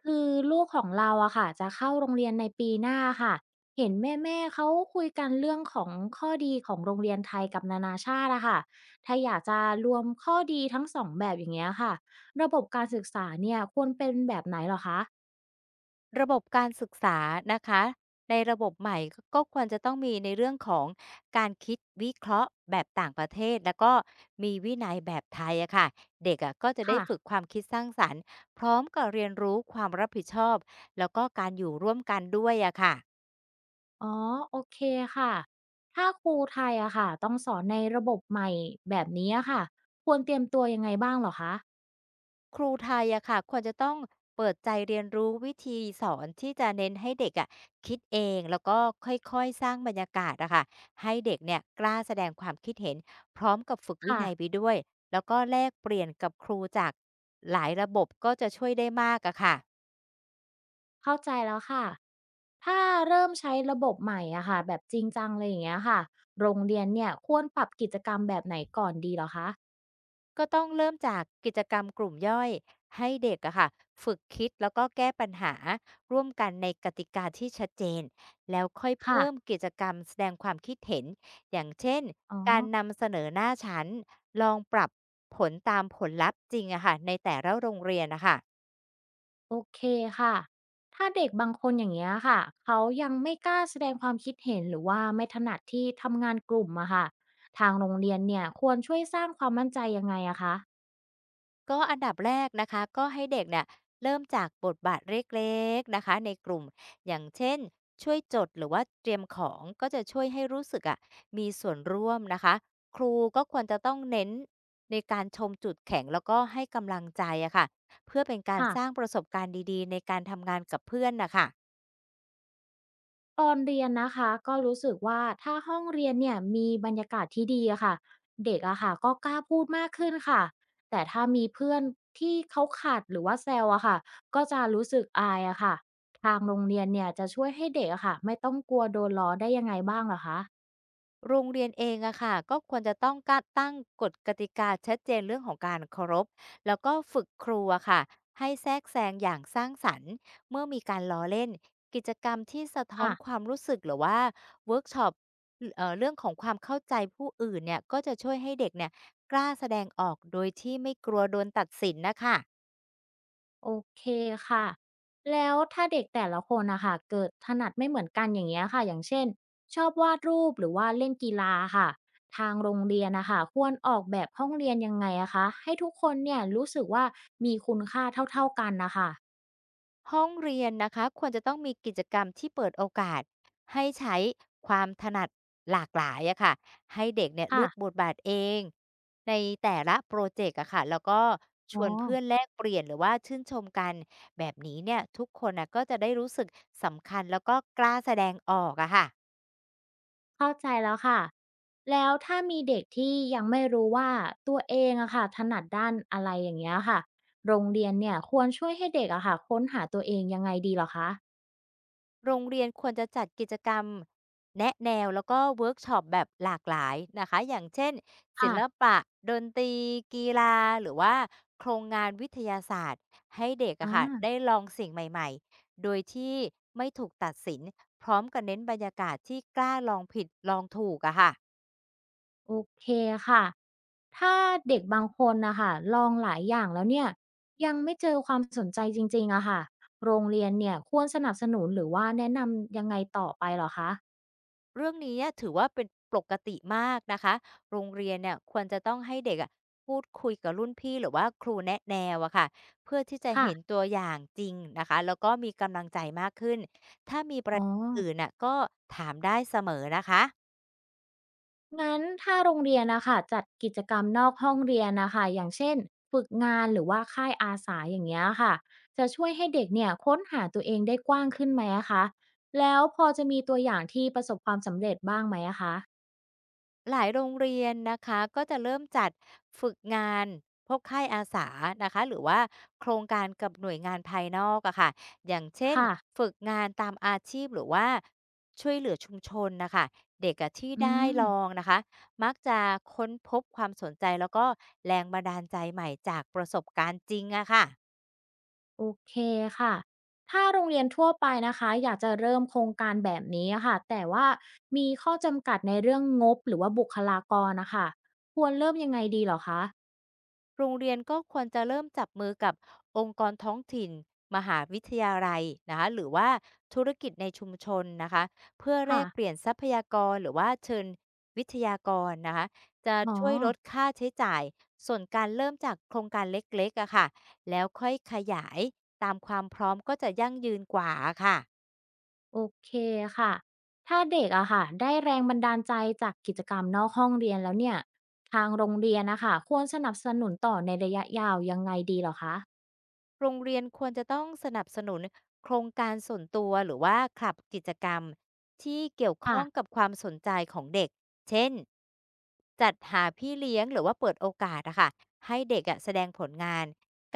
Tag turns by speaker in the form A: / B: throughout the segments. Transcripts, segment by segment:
A: คือลูกของเราอะค่ะจะเข้าโรงเรียนในปีหน้าค่ะเห็นแม่ๆเขาคุยกันเรื่องของข้อดีของโรงเรียนไทยกับนานาชาติอะค่ะถ้าอยากจะรวมข้อดีทั้งสองแบบอย่างเงี้ยค่ะระบบการศึกษาเนี่ยควรเป็นแบบไหนเหรอคะ
B: ระบบการศึกษานะคะในระบบใหม่ก็ควรจะต้องมีในเรื่องของการคิดวิเคราะห์แบบต่างประเทศแล้วก็มีวินัยแบบไทยอะค่ะเด็กอะก็จะได้
A: ค่ะ
B: ฝึกความคิดสร้างสรรค์พร้อมกับเรียนรู้ความรับผิดชอบแล้วก็การอยู่ร่วมกันด้วยอะค่ะ
A: อ๋อโอเคค่ะถ้าครูไทยอะค่ะต้องสอนในระบบใหม่แบบนี้อะค่ะควรเตรียมตัวยังไงบ้างเหรอคะ
B: ครูไทยอะค่ะควรจะต้องเปิดใจเรียนรู้วิธีสอนที่จะเน้นให้เด็กอะคิดเองแล้วก็ค่อยๆสร้างบรรยากาศอะค่ะให้เด็กเนี่ยกล้าแสดงความคิดเห็นพร้อมกับฝึกวิ
A: ค่ะ
B: นัยไปด้วยแล้วก็แลกเปลี่ยนกับครูจากหลายระบบก็จะช่วยได้มากอะค่ะ
A: เข้าใจแล้วค่ะ ถ้าเริ่มใช้ระบบใหม่อะค่ะแบบจริงจังเลยอย่างเงี้ยค่ะโรงเรียนเนี่ยควรปรับกิจกรรมแบบไหนก่อนดีเหรอคะ
B: ก็ต้องเริ่มจากกิจกรรมกลุ่มย่อยให้เด็กอะค่ะฝึกคิดแล้วก็แก้ปัญหาร่วมกันในกติกาที่ชัดเจนแล้วค่อย
A: ค่ะ
B: เพิ่มกิจกรรมแสดงความคิดเห็นอย่างเช่น
A: อ๋อ
B: การนำเสนอหน้าชั้นลองปรับผลตามผลลัพธ์จริงอะค่ะในแต่ละโรงเรียนนะคะ
A: โอเคค่ะถ้าเด็กบางคนอย่างเงี้ยค่ะเขายังไม่กล้าแสดงความคิดเห็นหรือว่าไม่ถนัดที่ทำงานกลุ่มอะค่ะทางโรงเรียนเนี่ยควรช่วยสร้างความมั่นใจยังไงอะคะ
B: ก็อันดับแรกนะคะก็ให้เด็กเนี่ยเริ่มจากบทบาทเล็กๆนะคะในกลุ่มอย่างเช่นช่วยจดหรือว่าเตรียมของก็จะช่วยให้รู้สึกอะมีส่วนร่วมนะคะครูก็ควรจะต้องเน้นในการชมจุดแข็งแล้วก็ให้กำลังใจอะค่ะเพื่อเป็นการ
A: ค่ะ
B: สร้างประสบการณ์ดีๆในการทำงานกับเพื่อนนะคะ
A: ตอนเรียนนะคะก็รู้สึกว่าถ้าห้องเรียนเนี่ยมีบรรยากาศที่ดีอะค่ะเด็กอะค่ะก็กล้าพูดมากขึ้นค่ะแต่ถ้ามีเพื่อนที่เขาขัดหรือว่าแซวอะค่ะก็จะรู้สึกอายอะค่ะทางโรงเรียนเนี่ยจะช่วยให้เด็กอะค่ะไม่ต้องกลัวโดนล้อได้ยังไงบ้างเหรอคะ
B: โรงเรียนเองอะค่ะก็ควรจะต้องกะตั้งกฎกติกาชัดเจนเรื่องของการเคารพแล้วก็ฝึกครูอะค่ะให้แทรกแซงอย่างสร้างสรรค์เมื่อมีการล้อเล่นกิจกรรมที่สะท้อน
A: ค่ะ
B: ความรู้สึกหรือว่าเวิร์กช็อปเรื่องของความเข้าใจผู้อื่นเนี่ยก็จะช่วยให้เด็กเนี่ยกล้าแสดงออกโดยที่ไม่กลัวโดนตัดสินนะคะ
A: โอเคค่ะแล้วถ้าเด็กแต่ละคนนะคะเกิดถนัดไม่เหมือนกันอย่างเงี้ยค่ะอย่างเช่นชอบวาดรูปหรือว่าเล่นกีฬาค่ะทางโรงเรียนนะคะควรออกแบบห้องเรียนยังไงอะคะให้ทุกคนเนี่ยรู้สึกว่ามีคุณค่าเท่าๆกันนะคะ
B: ห้องเรียนนะคะควรจะต้องมีกิจกรรมที่เปิดโอกาสให้ใช้ความถนัดหลากหลายอะค่ะให้เด็กเนี่ยเลื
A: ค่ะ
B: อกบทบาทเองในแต่ละโปรเจกต์อะค่ะแล้วก็ช
A: อ๋อ
B: วนเพื่อนแลกเปลี่ยนหรือว่าชื่นชมกันแบบนี้เนี่ยทุกคนนะก็จะได้รู้สึกสำคัญแล้วก็กล้าแสดงออกอะค่ะ
A: เข้าใจแล้วค่ะแล้วถ้ามีเด็กที่ยังไม่รู้ว่าตัวเองอะค่ะถนัดด้านอะไรอย่างเงี้ยค่ะโรงเรียนเนี่ยควรช่วยให้เด็กอะค่ะค้นหาตัวเองยังไงดีเหรอคะ
B: โรงเรียนควรจะจัดกิจกรรมแนะแนวแล้วก็เวิร์กช็อปแบบหลากหลายนะคะอย่างเช่นศิ
A: ค่ะ
B: ลปะดนตรีกีฬาหรือว่าโครงงานวิทยาศาสตร์ให้เด็กอะค่ะ
A: อ่า
B: ได้ลองสิ่งใหม่ๆโดยที่ไม่ถูกตัดสินพร้อมกับเน้นบรรยากาศที่กล้าลองผิดลองถูกอะค่ะ
A: โอเคค่ะ ถ้าเด็กบางคนนะคะลองหลายอย่างแล้วเนี่ยยังไม่เจอความสนใจจริงๆอะค่ะโรงเรียนเนี่ยควรสนับสนุนหรือว่าแนะนำยังไงต่อไปเหรอคะ
B: เรื่องนี้เนี่ยถือว่าเป็นปกติมากนะคะ โรงเรียนเนี่ยควรจะต้องให้เด็กอะพูดคุยกับรุ่นพี่หรือว่าครูแนะแนวอะค่ะเพื่อที่จะ
A: ค่ะ
B: เห็นตัวอย่างจริงนะคะแล้วก็มีกำลังใจมากขึ้นถ้ามีประ
A: อ๋อ
B: เด็นอื่นน่ะก็ถามได้เสมอนะคะ
A: งั้นถ้าโรงเรียนนะคะจัดกิจกรรมนอกห้องเรียนนะคะอย่างเช่นฝึกงานหรือว่าค่ายอาสาอย่างเงี้ยค่ะจะช่วยให้เด็กเนี่ยค้นหาตัวเองได้กว้างขึ้นไหมอะคะแล้วพอจะมีตัวอย่างที่ประสบความสำเร็จบ้างไหมอะคะ
B: หลายโรงเรียนนะคะก็จะเริ่มจัดฝึกงานพวกค่ายอาสานะคะหรือว่าโครงการกับหน่วยงานภายนอกอะค่ะอย่างเช่น
A: ค่ะ
B: ฝึกงานตามอาชีพหรือว่าช่วยเหลือชุมชนนะคะเด็กอะที่
A: อื
B: ได้
A: ม
B: ลองนะคะมักจะค้นพบความสนใจแล้วก็แรงบันดาลใจใหม่จากประสบการณ์จริงอะค่ะ
A: โอเคค่ะ ถ้าโรงเรียนทั่วไปนะคะอยากจะเริ่มโครงการแบบนี้ะค่ะแต่ว่ามีข้อจำกัดในเรื่องงบหรือว่าบุคลากรนะคะ ควรเริ่มยังไงดีเหรอคะ
B: โรงเรียนก็ควรจะเริ่มจับมือกับองค์กรท้องถิ่นมหาวิทยาลัยนะคะหรือว่าธุรกิจในชุมชนนะคะเพื่อแล
A: ค่ะ
B: กเปลี่ยนทรัพยากรหรือว่าเชิญวิทยากรนะคะจะ
A: อ๋อ
B: ช่วยลดค่าใช้จ่ายส่วนการเริ่มจากโครงการเล็กๆอะค่ะแล้วค่อยขยายตามความพร้อมก็จะยั่งยืนกว่าค่ะ
A: โอเคค่ะถ้าเด็กอะค่ะได้แรงบันดาลใจจากกิจกรรมนอกห้องเรียนแล้วเนี่ยทางโรงเรียนนะคะควรสนับสนุนต่อในระยะยาวยังไงดีเหรอคะ
B: โรงเรียนควรจะต้องสนับสนุนโครงการส่วนตัวหรือว่าคลับกิจกรรมที่เกี่ยวข้อง
A: ค่ะ
B: กับความสนใจของเด็กเช่นจัดหาพี่เลี้ยงหรือว่าเปิดโอกาสอะค่ะให้เด็กอะแสดงผลงาน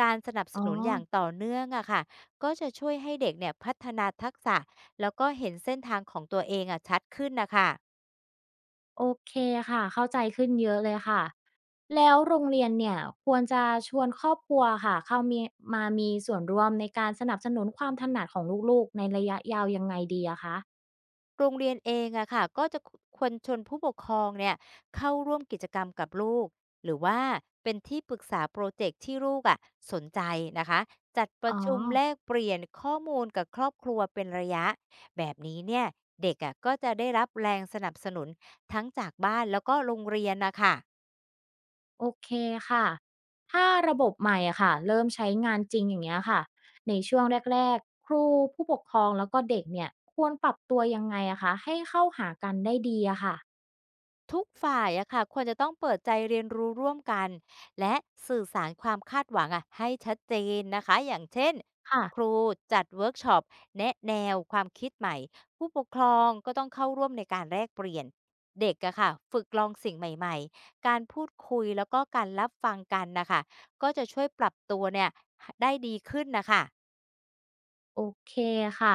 B: การสนับส
A: อ๋อ
B: นุนอย่างต่อเนื่องอะค่ะก็จะช่วยให้เด็กเนี่ยพัฒนาทักษะแล้วก็เห็นเส้นทางของตัวเองอะชัดขึ้นนะคะ
A: โอเคค่ะเข้าใจขึ้นเยอะเลยค่ะแล้วโรงเรียนเนี่ยควรจะชวนครอบครัวค่ะเข้ามีมามีส่วนร่วมในการสนับสนุนความถนัดของลูกๆในระยะยาวยังไงดีอะคะ
B: โรงเรียนเองอะค่ะก็จะควรชวนผู้ปกครองเนี่ยเข้าร่วมกิจกรรมกับลูกหรือว่าเป็นที่ปรึกษาโปรเจกต์ที่ลูกอะสนใจนะคะจัดป
A: อ๋
B: ระ
A: อ
B: ชุมแลกเปลี่ยนข้อมูลกับครอบครัวเป็นระยะแบบนี้เนี่ยเด็กอะก็จะได้รับแรงสนับสนุนทั้งจากบ้านแล้วก็โรงเรียนนะคะ
A: โอเคค่ะถ้าระบบใหม่อะค่ะเริ่มใช้งานจริงอย่างเงี้ยค่ะในช่วงแรกๆครูผู้ปกครองแล้วก็เด็กเนี่ยควรปรับตัวยังไงอะคะให้เข้าหากันได้ดีอะค่ะ
B: ทุกฝ่ายอะค่ะควรจะต้องเปิดใจเรียนรู้ร่วมกันและสื่อสารความคาดหวังอะให้ชัดเจนนะคะอย่างเช่น
A: ค่ะ
B: ครูจัดเวิร์กช็อปแนะแนวความคิดใหม่ผู้ปกครองก็ต้องเข้าร่วมในการแลกเปลี่ยนเด็กอะค่ะฝึกลองสิ่งใหม่ๆการพูดคุยแล้วก็การรับฟังกันนะคะก็จะช่วยปรับตัวเนี่ยได้ดีขึ้นนะคะ
A: โอเคค่ะ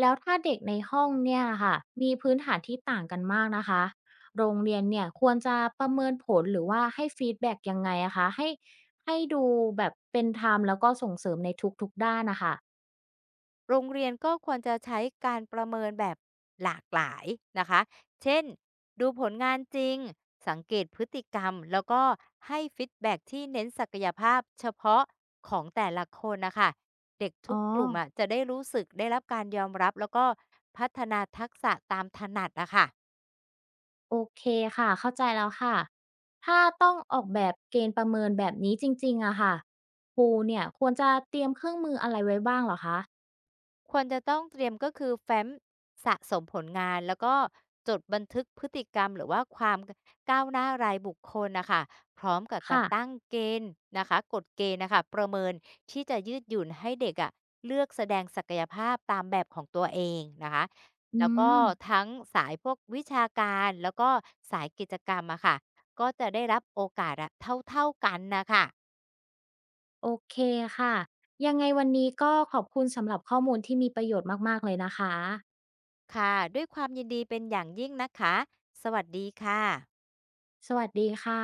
A: แล้วถ้าเด็กในห้องเนี่ยค่ะมีพื้นฐานที่ต่างกันมากนะคะโรงเรียนเนี่ยควรจะประเมินผลหรือว่าให้ฟีดแบ็กยังไงอะคะให้ให้ดูแบบเป็นธรรมแล้วก็ส่งเสริมในทุกๆด้านนะคะ
B: โรงเรียนก็ควรจะใช้การประเมินแบบหลากหลายนะคะเช่นดูผลงานจริงสังเกตพฤติกรรมแล้วก็ให้ฟีดแบ็กที่เน้นศักยภาพเฉพาะของแต่ละคนนะคะเด็กทุ
A: อ๋อ
B: กกลุ่มอ่ะจะได้รู้สึกได้รับการยอมรับแล้วก็พัฒนาทักษะตามถนัดนะคะ
A: โอเคค่ะเข้าใจแล้วค่ะ ถ้าต้องออกแบบเกณฑ์ประเมินแบบนี้จริงๆอะค่ะครูเนี่ยควรจะเตรียมเครื่องมืออะไรไว้บ้างเหรอคะ
B: ควรจะต้องเตรียมก็คือแฟ้มสะสมผลงานแล้วก็จดบันทึกพฤติกรรมหรือว่าความก้าวหน้ารายบุคคลนะคะพร้อมกับการตั้
A: ค่ะ
B: งเกณฑ์นะคะกฎเกณฑ์นะคะประเมินที่จะยืดหยุ่นให้เด็กอะเลือกแสดงศักยภาพตามแบบของตัวเองนะคะ
A: อื
B: แล้วก็
A: ม
B: ทั้งสายพวกวิชาการแล้วก็สายกิจกรรมอะค่ะก็จะได้รับโอกาสอะเท่าๆกันนะคะ
A: โอเคค่ะ ยังไงวันนี้ก็ขอบคุณสำหรับข้อมูลที่มีประโยชน์มากๆเลยนะคะ
B: ค่ะด้วยความยินดีเป็นอย่างยิ่งนะคะสวัสดีค่ะ
A: สวัสดีค่ะ